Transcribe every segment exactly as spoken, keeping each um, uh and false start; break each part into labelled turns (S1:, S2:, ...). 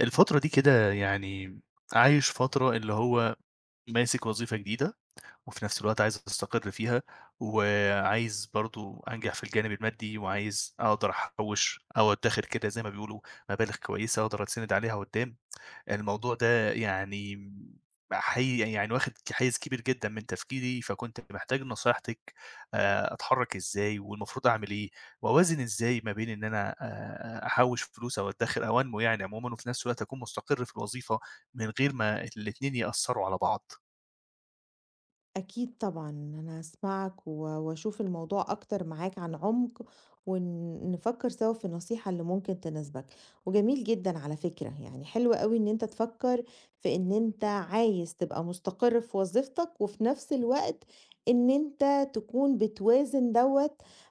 S1: الفترة دي كده يعني عايش فترة اللي هو ماسك وظيفة جديدة، وفي نفس الوقت عايز أستقر فيها، وعايز برضه أنجح في الجانب المادي، وعايز أقدر أحوّش أو أدّخر كده زي ما بيقولوا مبالغ كويسة أقدر أتسند عليها قدّام. الموضوع ده يعني حي يعني واخد حيّز كبير جدًا من تفكيري، فكنت محتاج نصيحتِك. آآ أتحرّك إزاي والمفروض أعمل إيه، وأوازن إزاي ما بين إن أنا آآ أحوّش فلوس أو أدّخر أو أنمو يعني عمومًا، وفي نفس الوقت أكون مستقر في الوظيفة من غير ما الاتنين يأثّروا على بعض.
S2: أكيد طبعًا، أنا هاسمعك و وأشوف الموضوع أكتر معاك عن عمق، ون نفكر سوا في النصيحة اللي ممكن تناسبك، وجميل جدًا على فكرة، يعني حلو أوي إن أنت تفكر في إن أنت عايز تبقى مستقر في وظيفتك، وفي نفس الوقت إن أنت تكون بتوازن دوّة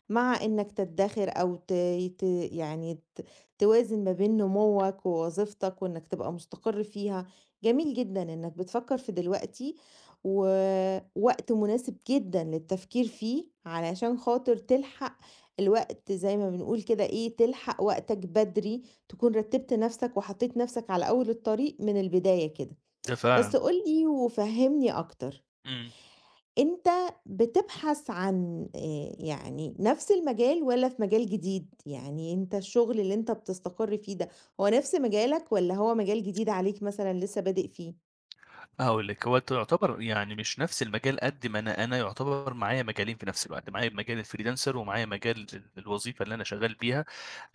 S2: مع إنك تدخر أو ت ت يعني ت توازن ما بين نموك ووظيفتك وإنك تبقى مستقر فيها، جميل جدًا إنك بتفكر في دلوقتي. ووقت مناسب جدًا للتفكير فيه، علشان خاطر تلحق الوقت زي ما بنقول كده إيه، تلحق وقتك بدري، تكون رتّبت نَفْسك وحطّيت نَفْسك على أول الطريق من البداية كده.
S1: ده
S2: بس
S1: فعلًا.
S2: قُل لي وفهّمني أكتر،
S1: إمم.
S2: أنت بتبحث عن آآ يعني نَفْس المجال والّا في مجال جديد؟ يعني أنت الشغل اللي أنت بتستقر فيه ده، هو نَفْس مجالك والّا هو مجال جديد عليك مثلًا لسه بادئ فيه؟
S1: هاقول لِك، هو أنتم يُعتبر يعني مش نفس المجال قد ما أنا أنا يُعتبر معايا مجالين في نفس الوقت، معايا مجال الfreelancer ومعايا مجال ال الوظيفة اللي أنا شغّال بيها.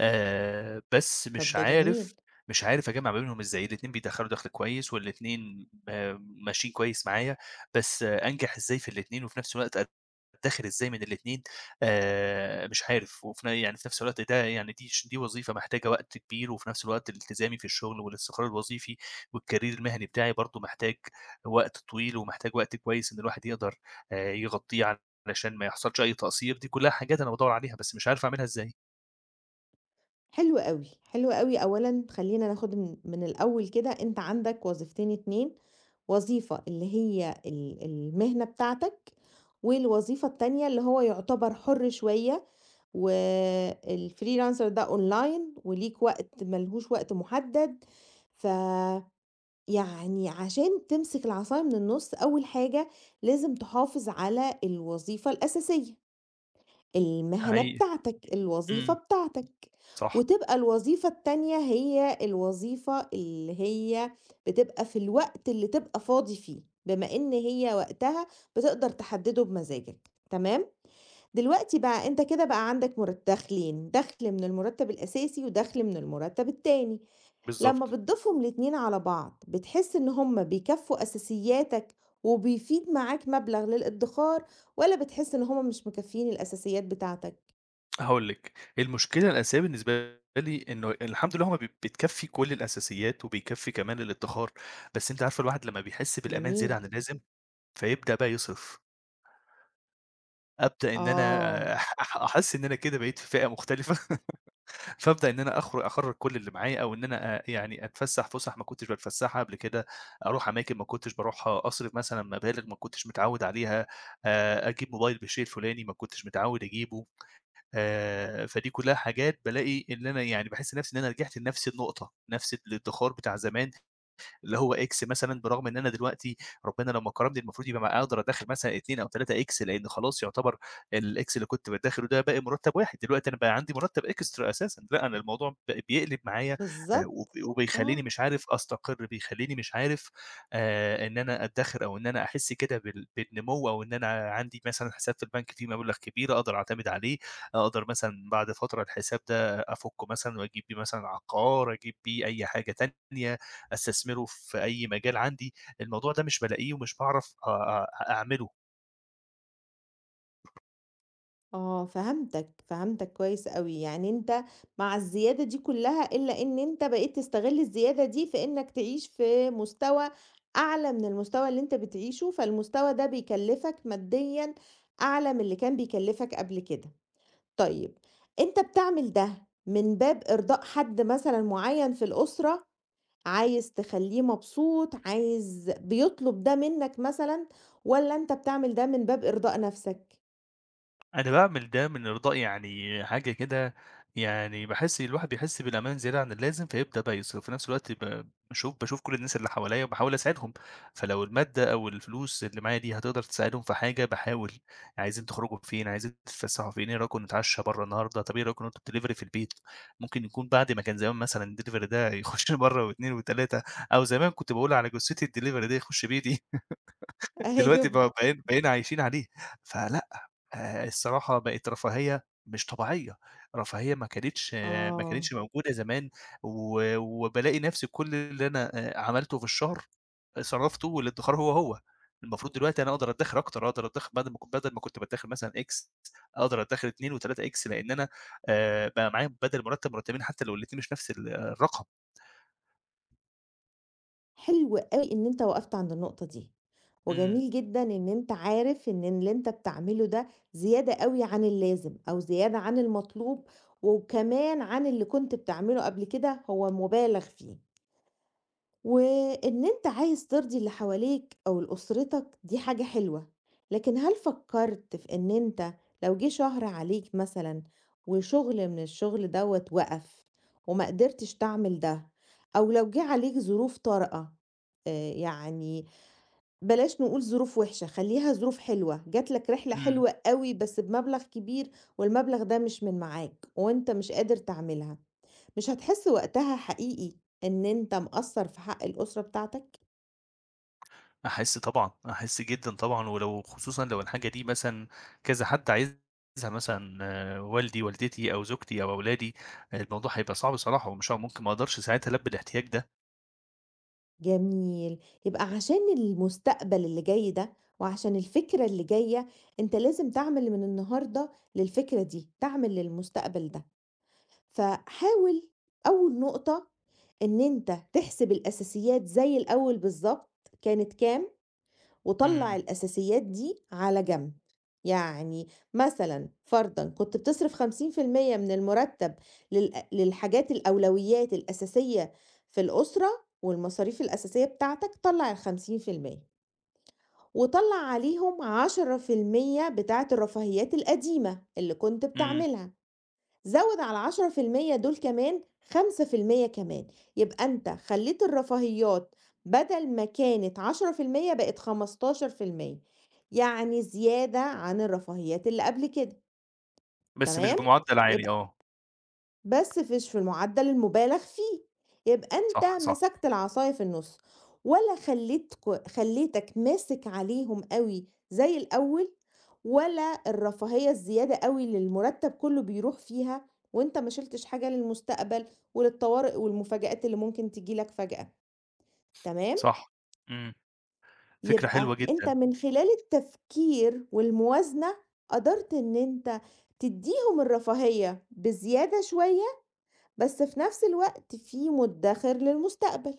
S1: آآ بس
S2: طَب
S1: مش
S2: ده
S1: عارف
S2: جميل.
S1: مش عارف أجمّع ما بينهم إزاي. الاتنين بيدخّلوا دَخْل كويس والاتنين آآ ماشيين كويس معايا، بس أنجح إزاي في الاتنين، وفي نفس الوقت أدّخر إزاي من الاتنين؟ آآ مش عارف. وفي ن يعني في نفس الوقت ده يعني دي ش دي وظيفة محتاجة وقت كبير، وفي نفس الوقت التزامي في الشغل والاستقرار الوظيفي والcareer المهني بتاعي برضه محتاج وقت طويل، ومحتاج وقت كويس إن الواحد يقدر آآ يغطّيه علشان ما يحصلش أي تقصير. دي كلّها حاجات أنا بادوّر عليها، بس مش عارف أعملها إزاي.
S2: حلو أوي، حلو أوي. أولًا خلّينا ناخد م من الأول كده، أنت عندك وظيفتين اتنين، وظيفة اللي هي ال المهنة بتاعتك، والوظيفة التانية اللي هو يعتبر حُر شوية، والfreelancer ده أونلاين وليك وقت ما لهوش وقت محدد، فيعني عشان تمسك العصاية من النُص أول حاجة لازم تحافظ على الوظيفة الأساسية. المهنة
S1: حقيقي،
S2: بتاعتك، الوظيفة
S1: إمم،
S2: بتاعتك،
S1: صح،
S2: وتبقى الوظيفة التانية هي الوظيفة اللي هي بتبقى في الوقت اللي تبقى فاضي فيه، بما إن هي وقتها بتقدر تحدده بمزاجك، تمام؟ دلوقتي بقى أنت كده بقى عندك مر دخلين، دخل من المرتب الأساسي ودخل من المرتب التاني، لما
S1: بالضبط.
S2: بتضيفهم الاتنين على بعض بتحس إن هُم بيكفّوا أساسياتك وبيفيد معاك مبلغ للإدخار، والّا بتحس إن هُم مش مكفّيين الأساسيات بتاعتك؟
S1: هاقول لك، المشكلة الأساسية بالنسبة لي إنه الحمد لله هو ب بتكفّي كل الأساسيات وبيكفّي كمان الادّخار، بس أنتِ عارفة الواحد لمّا بيحس بالأمان
S2: جميل.
S1: زيادة عن اللازم، فيبدأ بقى يصرف. أبدأ إن
S2: آه،
S1: أنا أح أح أحس إن أنا كده بقيت في فئة مختلفة. فابدأ إن أنا أخر أخرّج كل اللي معايا، أو إن أنا آآ يعني أتفسّح فُسح ما كنتش باتفسّحها قبل كده، أروح أماكن ما كنتش باروحها، أصرف مثلًا مبالغ ما كنتش متعوّد عليها، آآ أجيب موبايل بالشيء الفلاني ما كنتش متعوّد أجيبه. آآ فدي كلّها حاجات بالاقي إن أنا يعني باحس نَفْسي إن أنا رجعت لنَفْس النقطة، نَفْس الادخار بتاع زمان، اللي هو X مثلًا. برغم إن أنا دلوقتي ربنا لو ما كرمني المفروض يبقى م أقدر أدخّل مثلًا اثنين أو ثلاثة X، لإن خلاص يعتبر الX اللي كنت بادخّله ده باقي مرتّب واحد، دلوقتي أنا بقى عندي مرتّب إكسترا أساسًا. لأ، أنا الموضوع ب بيقلب معايا آآ وب
S2: بالضبط،
S1: وبيخلّيني
S2: آه،
S1: مش عارف أستقر، بيخلّيني مش عارف آآ إن أنا أدّخر، أو إن أنا أحس كده بال بالنمو، أو إن أنا عندي مثلًا حساب في البنك فيه مبلغ كبير أقدر أعتمد عليه، أقدر مثلًا بعد فترة الحساب ده أفُكّه مثلًا وأجيب بيه مثلًا عقار، أجيب بيه أي حاجة تانية، استثمره في اي مجال عندي. الموضوع ده مش بالاقيه ومش بعرف اعمله.
S2: آه، فهمتك، فهمتك كويس أوي، يعني أنت مع الزيادة دي كلّها إلا إن أنت بقيت تستغل الزيادة دي في إنك تعيش في مستوى أعلى من المستوى اللي أنت بتعيشه، فالمستوى ده بيكلّفك ماديًا أعلى من اللي كان بيكلّفك قبل كده. طيب، أنت بتعمل ده من باب إرضاء حد مثلًا معيّن في الأسرة عايز تخلّيه مبسوط، عايز بيطلب ده منّك مثلًا والّا أنت بتعمل ده من باب إرضاء نَفْسك؟
S1: أنا باعمل ده من إرضاء يعني حاجة كده. يعني باحس الواحد بيحس بالأمان زيادة عن اللازم، فيبدأ بقى يصرف. في نفس الوقت ب باشوف باشوف كل الناس اللي حواليّا وباحاول أساعدهم، فلو المادة أو الفلوس اللي معايا دي هتقدر تساعدهم في حاجة باحاول. يعني عايزين تخرجوا فين، عايزين تتفسحوا فين، إيه رأيكم نتعشى برّه النهارده، طب إيه رأيكم نطلب delivery في البيت، ممكن يكون بعد ما كان زمان مثلًا الdelivery ده يخش مرّة و2 و3، أو زمان كنت باقول على جثتي الdelivery ده يخش بيتي. دلوقتي
S2: أيوه.
S1: بقى بقينا بقينا عايشين عليه. فلأ، آآ الصراحة بقت رفاهية مش طبيعية، رفاهية ما كانتش ما
S2: آه،
S1: كانتش موجودة زمان. و وبالاقي نفسي كل اللي أنا آآ عملته في الشهر صرفته والادخار هو، هو. المفروض دلوقتي أنا أقدر أدخر أكتر، أقدر أدخر بدل ما كنت بدل ما كنت بادخر مثلًا X، أقدر أدخر اثنين و3X لأن أنا آآ بقى معايا بدل المرتب مرتبين حتى لو الاتنين مش نفس ال الرقم.
S2: حلو أوي إن أنت وقفت عند النقطة دي،
S1: إمم،
S2: وجميل جدًا إن أنت عارف إن اللي أنت بتعمله ده زيادة أوي عن اللازم أو زيادة عن المطلوب، وكمان عن اللي كنت بتعمله قبل كده هو مُبالغ فيه. وإن أنت عايز ترضي اللي حواليك أو لأسرتك دي حاجة حلوة، لكن هل فكرت في إن أنت لو جه شهر عليك مثلًا وشغل من الشغل دوّة وقف وما قدرتش تعمل ده، أو لو جه عليك ظروف طارئة آآ، يعني بلاش نقول ظروف وحشة خلّيها ظروف حلوة، جات لك رحلة
S1: إمم.
S2: حلوة أوي بس بمبلغ كبير والمبلغ ده مش من معاك وأنت مش قادر تعملها. مش هتحس وقتها حقيقي إن أنت مقصّر في حق الأسرة بتاعتك؟
S1: أحس طبعًا، أحس جدًا طبعًا. ولو خصوصًا لو الحاجة دي مثلًا كذا حد عايزها، مثلًا آه، والدي، والدتي، أو زوجتي، أو أولادي، آه، الموضوع هيبقى صعب صراحة، ومش ه ممكن ما أقدرش ساعتها ألبي الاحتياج ده.
S2: جميل، يبقى عشان المستقبل اللي جاي ده، وعشان الفكرة اللي جاية، أنت لازم تعمل من النهارده للفكرة دي، تعمل للمستقبل ده، فحاول أول نقطة إن أنت تحسب الأساسيات زي الأول بالضبط كانت كام وطلّع
S1: إمم،
S2: الأساسيات دي على جنب، يعني مثلًا فرضًا كنت بتصرف خمسين في المية من المرتب للأ للحاجات الأولويات الأساسية في الأسرة والمصاريف الأساسية بتاعتك، طلّع ال50% وطلّع عليهم عشرة في المية بتاعة الرفاهيات القديمة اللي كنت
S1: إمم،
S2: بتعملها. زوّد على عشرة في المية دول كمان خمسة في المية كمان، يبقى أنت خلّيت الرفاهيات بدل ما كانت عشرة في المية بقت خمستاشر بالمية، يعني زيادة عن الرفاهيات اللي قبل كده،
S1: بس مش
S2: تمام؟
S1: بمعدل عالي
S2: يبقى
S1: آه.
S2: بس فيش في المعدل المُبالغ فيه، يبقى أنت
S1: صح، صح،
S2: مسكت العصاية في النُص، ولا خلّيتك خلّيتك ماسك عليهم أوي زي الأول، ولا الرفاهية الزيادة أوي اللي المُرتّب كلّه بيروح فيها، وأنت ما شِلتش حاجة للمستقبل وللطوارئ والمفاجآت اللي ممكن تيجي لك فجأة، تمام؟
S1: صح. إمم، فكرة حلوة
S2: يبقى أنت
S1: جدًا.
S2: من خلال التفكير والموازنة قدرت إن أنت تدّيهم الرفاهية بزيادة شوية بس في نفس الوقت في مدخر للمستقبل.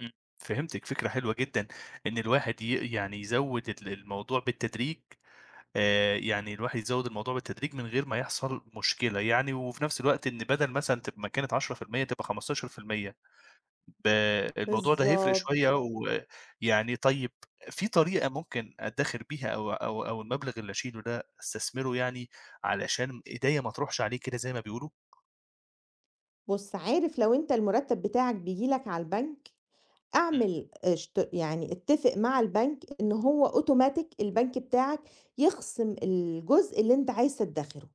S1: إمم، فهمتِك، فكرة حلوة جدًا إن الواحد ي يعني يزوّد ال الموضوع بالتدريج. آآ، يعني الواحد يزوّد الموضوع بالتدريج من غير ما يحصل مشكلة يعني، وفي نفس الوقت إن بدل مثلًا تبقى ما كانت عشرة في المية تبقى خمستاشر في المية، ب الموضوع ده هيفرق
S2: بالضبط.
S1: شوية. ويعني طيب، في طريقة ممكن أدّخر بيها، أو أو أو المبلغ اللي أشيله ده أستثمره يعني، علشان إيديّا ما تروحش عليه كده زي ما بيقولوا؟
S2: بُص، عارف لو أنت المرتب بتاعك بييجي لك على البنك،
S1: إمم،
S2: اعمل اشت يعني اتفق مع البنك إن هو automatic البنك بتاعك يخصم الجزء اللي أنت عايز تدخره.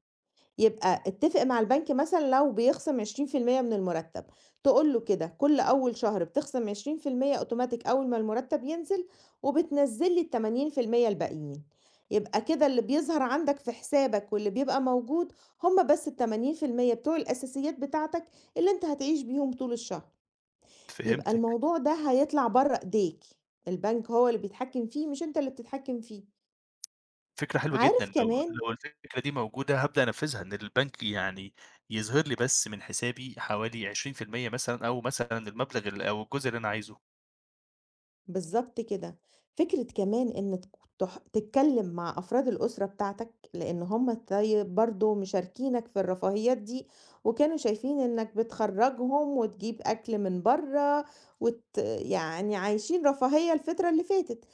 S2: يبقى اتفق مع البنك مثلًا لو بيخصم عشرين في المية من المرتب، تقول له كده كل أول شهر بتخصم عشرين في المية أوتوماتيك أول ما المرتب ينزل، وبتنزل لي الثمانين بالمية الباقيين، يبقى كده اللي بيظهر عندك في حسابك واللي بيبقى موجود هم بس التمانين بالمية بتوع الأساسيات بتاعتك اللي أنت هتعيش بيهم طول الشهر، يبقى
S1: فهمتِك،
S2: الموضوع ده هيطلع برّه إيديك، البنك هو اللي بيتحكم فيه مش أنت اللي بتتحكم فيه،
S1: فكرة حلوة جدًا.
S2: عارف
S1: لو
S2: كمان
S1: لو الفكرة دي موجودة هابدأ أنفّذها، إن البنك يعني يظهر لي بس من حسابي حوالي عشرين في المية، مثلًا أو مثلًا المبلغ ال، أو الجزء اللي أنا عايزه.
S2: بالضبط كده. فكرة كمان إن تك تح تتكلّم مع أفراد الأسرة بتاعتك، لإن هم طيب برضه مشاركينك في الرفاهيات دي، وكانوا شايفين إنّك بتخرّجهم وتجيب أكل من برّه وت يعني عايشين رفاهية الفترة اللي فاتت.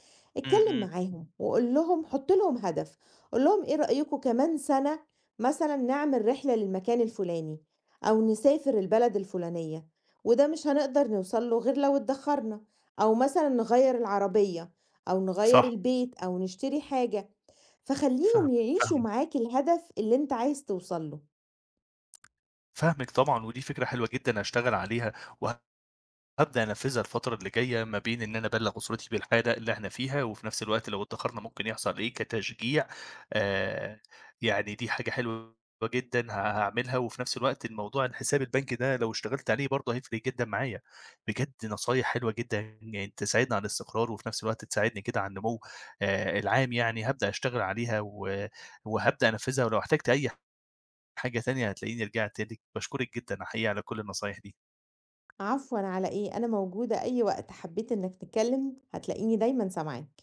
S1: إمم،
S2: اتكلّم
S1: إمم،
S2: معاهم وقُل لهم حُط لهم هدف، قُل لهم إيه رأيكم كمان سَنة مثلًا نعمل رحلة للمكان الفُلاني أو نسافر البلد الفُلانية، وده مش هنقدر نوصل له غير لو اتدخّرنا. أو مثلًا نغيّر العربية أو نغيّر
S1: صح،
S2: البيت أو نشتري حاجة، فخلّيهم
S1: فاهمِك،
S2: يعيشوا
S1: فاهمِك،
S2: معاك الهدف اللي أنت عايز توصل له.
S1: فاهمِك طبعًا، ودي فكرة حلوة جدًا هاشتغل عليها. وهابدأ أنفذها الفترة اللي جاية ما بين إن أنا أبلغ أسرتي بالحالة اللي إحنا فيها، وفي نفس الوقت لو اتأخرنا ممكن يحصل إيه كتشجيع. آآ، يعني دي حاجة حلوة جدًا ه هاعملها. وفي نفس الوقت الموضوع الحساب البنكي ده لو اشتغلت عليه برضه هيفرق جدًا معايا. بجد نصايح حلوة جدًا يعني تساعدني على الاستقرار، وفي نفس الوقت تساعدني كده على النمو. آآ، العام يعني هابدأ أشتغل عليها و وهابدأ أنفذها. ولو احتجت أي حاجة تانية هتلاقيني رجعت لِك. باشكرِك جدًا حقيقي على كل النصايح دي.
S2: عفوًا على إيه، أنا موجودة أي وقت حبّيت إنك تتكلّم هتلاقيني دايمًا سامعاك.